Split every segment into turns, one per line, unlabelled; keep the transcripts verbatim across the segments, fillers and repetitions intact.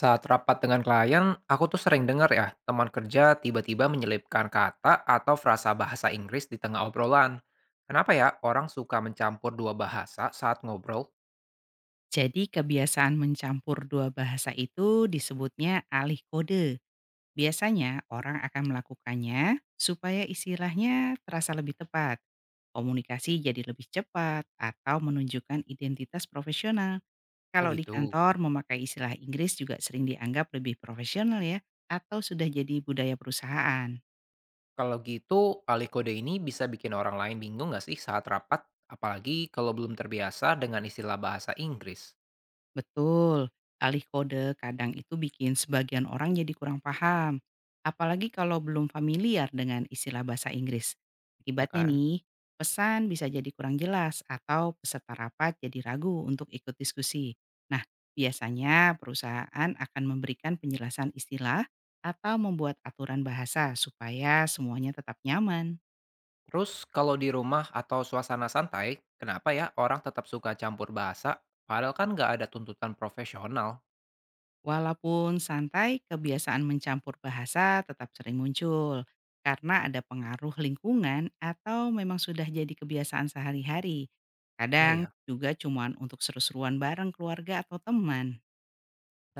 Saat rapat dengan klien, aku tuh sering dengar ya, teman kerja tiba-tiba menyelipkan kata atau frasa bahasa Inggris di tengah obrolan. Kenapa ya orang suka mencampur dua bahasa saat ngobrol?
Jadi kebiasaan mencampur dua bahasa itu disebutnya alih kode. Biasanya orang akan melakukannya supaya istilahnya terasa lebih tepat, komunikasi jadi lebih cepat, atau menunjukkan identitas profesional.
Oh
Kalau di
gitu.
kantor memakai istilah Inggris juga sering dianggap lebih profesional ya, atau sudah jadi budaya perusahaan.
Kalau gitu, alih kode ini bisa bikin orang lain bingung nggak sih saat rapat? Apalagi kalau belum terbiasa dengan istilah bahasa Inggris,
Betul, alih kode kadang itu bikin sebagian orang jadi kurang paham, apalagi kalau belum familiar dengan istilah bahasa Inggris.
ya
Akibatnya
kan?
nih, pesan bisa jadi kurang jelas atau peserta rapat jadi ragu untuk ikut diskusi. Nah, biasanya perusahaan akan memberikan penjelasan istilah atau membuat aturan bahasa supaya semuanya tetap nyaman.
Terus kalau di rumah atau suasana santai, kenapa ya orang tetap suka campur bahasa? Padahal kan nggak ada tuntutan profesional,
Walaupun santai, kebiasaan mencampur bahasa tetap sering muncul karena ada pengaruh lingkungan atau memang sudah jadi kebiasaan sehari-hari.
ya
Kadang
ya?
juga cuman untuk seru-seruan bareng keluarga atau teman.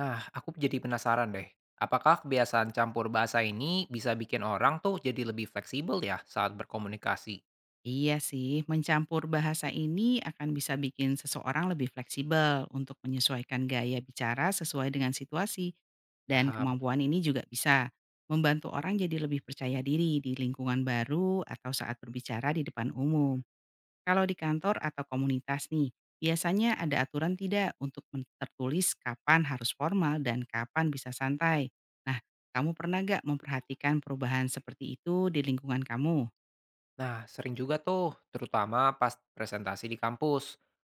Nah, aku jadi penasaran deh. Apakah kebiasaan campur bahasa ini bisa bikin orang tuh jadi lebih fleksibel ya saat berkomunikasi?
Iya sih, mencampur bahasa ini akan bisa bikin seseorang lebih fleksibel untuk menyesuaikan gaya bicara sesuai dengan situasi. Dan
Paham.
kemampuan ini juga bisa membantu orang jadi lebih percaya diri di lingkungan baru atau saat berbicara di depan umum. Kalau di kantor atau komunitas nih, biasanya ada aturan tidak untuk men- tertulis kapan harus formal dan kapan bisa santai. Nah, kamu pernah gak memperhatikan perubahan seperti itu di lingkungan kamu?
Nah, sering juga tuh, terutama pas presentasi di kampus.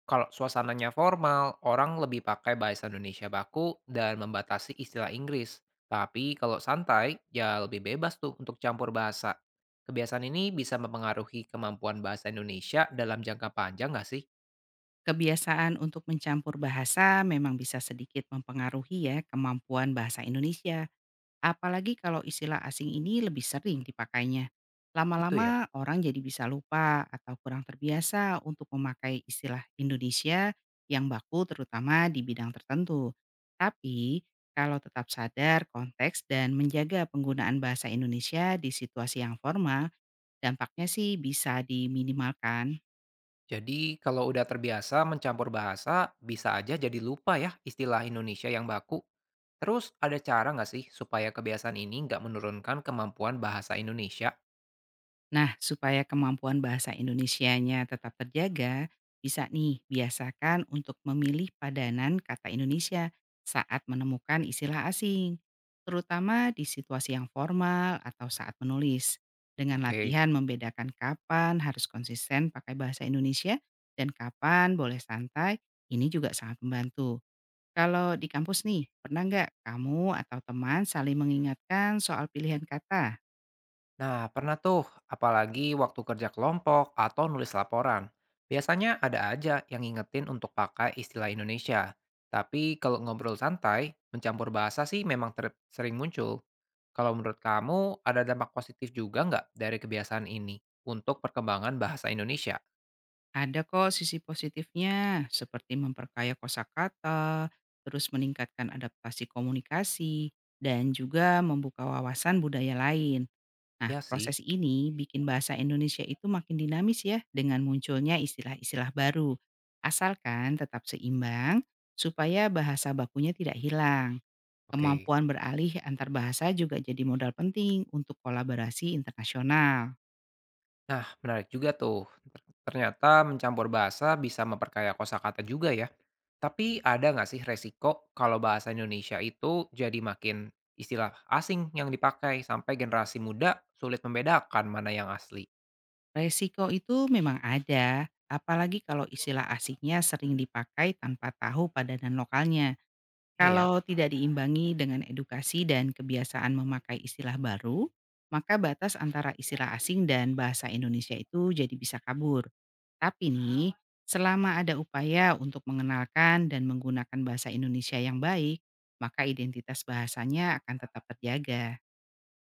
Kalau suasananya formal, orang lebih pakai bahasa Indonesia baku dan membatasi istilah Inggris. Tapi kalau santai, ya lebih bebas tuh untuk campur bahasa. Kebiasaan ini bisa mempengaruhi kemampuan bahasa Indonesia dalam jangka panjang nggak sih?
Kebiasaan untuk mencampur bahasa memang bisa sedikit mempengaruhi ya kemampuan bahasa Indonesia. Apalagi kalau istilah asing ini lebih sering dipakainya.
Gitu ya.
Lama-lama orang jadi bisa lupa atau kurang terbiasa untuk memakai istilah Indonesia yang baku terutama di bidang tertentu. Tapi kalau tetap sadar konteks dan menjaga penggunaan bahasa Indonesia di situasi yang formal, dampaknya sih bisa diminimalkan.
Jadi kalau udah terbiasa mencampur bahasa, bisa aja jadi lupa ya istilah Indonesia yang baku. Terus ada cara nggak sih supaya kebiasaan ini nggak menurunkan kemampuan bahasa Indonesia?
Nah, supaya kemampuan bahasa Indonesianya tetap terjaga, bisa nih biasakan untuk memilih padanan kata Indonesia saat menemukan istilah asing, terutama di situasi yang formal atau saat menulis. Dengan
Oke.
latihan membedakan kapan harus konsisten pakai bahasa Indonesia dan kapan boleh santai, ini juga sangat membantu. Kalau di kampus nih, pernah nggak kamu atau teman saling mengingatkan soal pilihan kata?
Nah, pernah tuh, apalagi waktu kerja kelompok atau nulis laporan. Biasanya ada aja yang ngingetin untuk pakai istilah Indonesia. Tapi kalau ngobrol santai, mencampur bahasa sih memang ter- sering muncul. Kalau menurut kamu, ada dampak positif juga nggak dari kebiasaan ini untuk perkembangan bahasa Indonesia?
Ada kok sisi positifnya, seperti memperkaya kosakata, terus meningkatkan adaptasi komunikasi, dan juga membuka wawasan budaya lain. Nah,
Ya sih,
proses ini bikin bahasa Indonesia itu makin dinamis ya dengan munculnya istilah-istilah baru. Asalkan tetap seimbang supaya bahasa bakunya tidak hilang.
oke.
Kemampuan beralih antar bahasa juga jadi modal penting untuk kolaborasi internasional.
Nah, menarik juga tuh. Ternyata mencampur bahasa bisa memperkaya kosakata juga ya. Tapi ada nggak sih resiko kalau bahasa Indonesia itu jadi makin istilah asing yang dipakai sampai generasi muda sulit membedakan mana yang asli?
Resiko itu memang ada, apalagi kalau istilah asiknya sering dipakai tanpa tahu padanan lokalnya.
Iya ya,
Kalau tidak diimbangi dengan edukasi dan kebiasaan memakai istilah baru, maka batas antara istilah asing dan bahasa Indonesia itu jadi bisa kabur. Tapi nih, selama ada upaya untuk mengenalkan dan menggunakan bahasa Indonesia yang baik, maka identitas bahasanya akan tetap terjaga.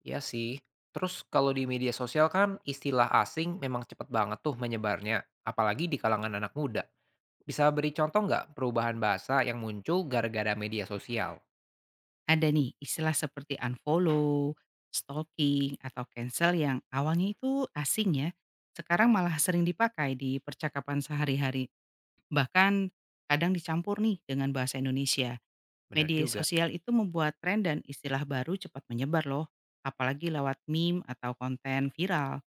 iya sih. Terus kalau di media sosial kan istilah asing memang cepet banget tuh menyebarnya, apalagi di kalangan anak muda. Bisa beri contoh nggak perubahan bahasa yang muncul gara-gara media sosial?
Ada nih istilah seperti unfollow, stalking, atau cancel yang awalnya itu asing ya. Sekarang malah sering dipakai di percakapan sehari-hari. Bahkan kadang dicampur nih dengan bahasa Indonesia.
Bener
Media
juga.
sosial itu membuat tren dan istilah baru cepat menyebar loh. Apalagi lewat meme atau konten viral.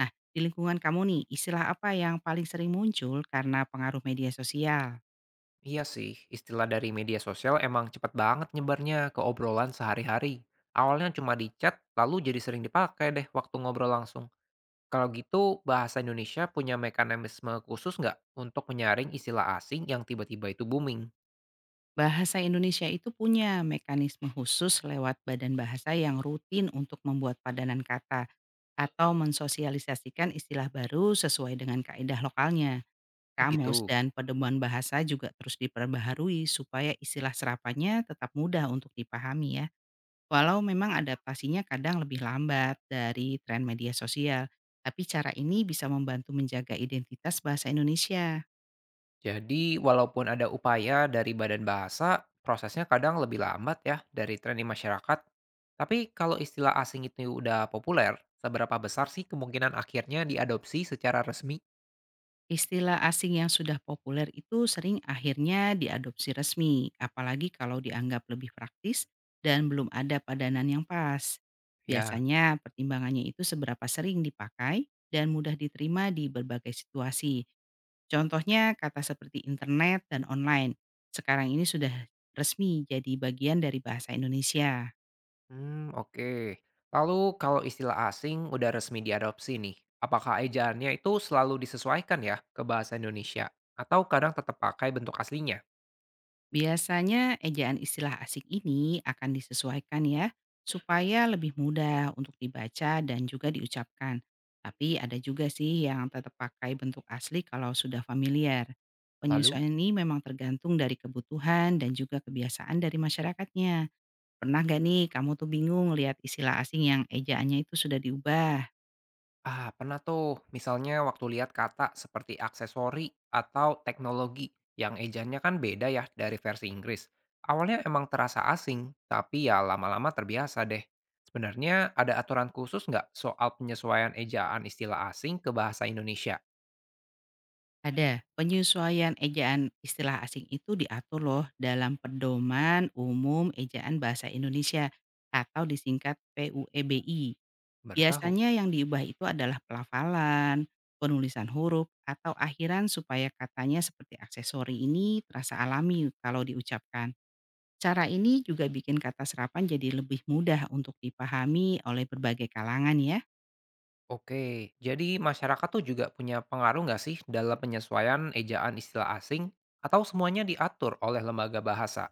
Nah, di lingkungan kamu nih, istilah apa yang paling sering muncul karena pengaruh media sosial?
Iya sih, istilah dari media sosial emang cepet banget nyebarnya ke obrolan sehari-hari. Awalnya cuma di chat, lalu jadi sering dipakai deh waktu ngobrol langsung. Kalau gitu, bahasa Indonesia punya mekanisme khusus nggak untuk menyaring istilah asing yang tiba-tiba itu booming?
Bahasa Indonesia itu punya mekanisme khusus lewat badan bahasa yang rutin untuk membuat padanan kata atau mensosialisasikan istilah baru sesuai dengan kaedah lokalnya.
Oh
Kamus
gitu.
dan pedoman bahasa juga terus diperbaharui supaya istilah serapannya tetap mudah untuk dipahami ya. Walau memang adaptasinya kadang lebih lambat dari tren media sosial, tapi cara ini bisa membantu menjaga identitas bahasa Indonesia.
Jadi, walaupun ada upaya dari badan bahasa, prosesnya kadang lebih lambat ya dari tren di masyarakat. Tapi kalau istilah asing itu udah populer, seberapa besar sih kemungkinan akhirnya diadopsi secara resmi?
Istilah asing yang sudah populer itu sering akhirnya diadopsi resmi, apalagi kalau dianggap lebih praktis dan belum ada padanan yang pas.
Ya,
Biasanya pertimbangannya itu seberapa sering dipakai dan mudah diterima di berbagai situasi. Contohnya kata seperti internet dan online. Sekarang ini sudah resmi jadi bagian dari bahasa Indonesia.
hmm, oke. Lalu kalau istilah asing udah resmi diadopsi nih, apakah ejaannya itu selalu disesuaikan ya ke bahasa Indonesia? Atau kadang tetap pakai bentuk aslinya?
Biasanya ejaan istilah asing ini akan disesuaikan ya, supaya lebih mudah untuk dibaca dan juga diucapkan. Tapi ada juga sih yang tetap pakai bentuk asli kalau sudah familiar.
Lalu,
Penyesuaian ini memang tergantung dari kebutuhan dan juga kebiasaan dari masyarakatnya. Pernah gak nih kamu tuh bingung lihat istilah asing yang ejaannya itu sudah diubah?
ah pernah tuh misalnya waktu lihat kata seperti aksesori atau teknologi yang ejaannya kan beda ya dari versi Inggris. Awalnya emang terasa asing, tapi ya lama-lama terbiasa deh. Sebenarnya ada aturan khusus nggak soal penyesuaian ejaan istilah asing ke bahasa Indonesia?
Ada, penyesuaian ejaan istilah asing itu diatur loh dalam Pedoman Umum Ejaan Bahasa Indonesia atau disingkat PUEBI.
Baru tahu.
Biasanya yang diubah itu adalah pelafalan, penulisan huruf, atau akhiran supaya katanya seperti aksesori ini terasa alami kalau diucapkan. Cara ini juga bikin kata serapan jadi lebih mudah untuk dipahami oleh berbagai kalangan ya.
Oke, jadi masyarakat tuh juga punya pengaruh nggak sih dalam penyesuaian ejaan istilah asing? Atau semuanya diatur oleh lembaga bahasa?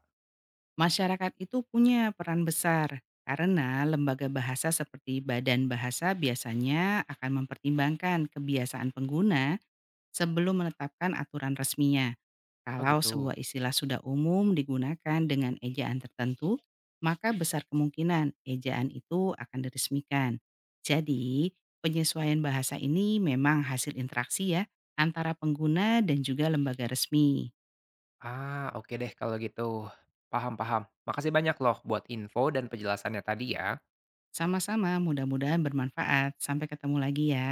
Masyarakat itu punya peran besar karena lembaga bahasa seperti Badan Bahasa biasanya akan mempertimbangkan kebiasaan pengguna sebelum menetapkan aturan resminya.
Oh
Kalau
gitu.
sebuah istilah sudah umum digunakan dengan ejaan tertentu, maka besar kemungkinan ejaan itu akan diresmikan. Jadi, penyesuaian bahasa ini memang hasil interaksi ya antara pengguna dan juga lembaga resmi.
Ah, oke deh kalau gitu. Paham-paham. Makasih banyak loh buat info dan penjelasannya tadi ya.
Sama-sama, mudah-mudahan bermanfaat. Sampai ketemu lagi ya.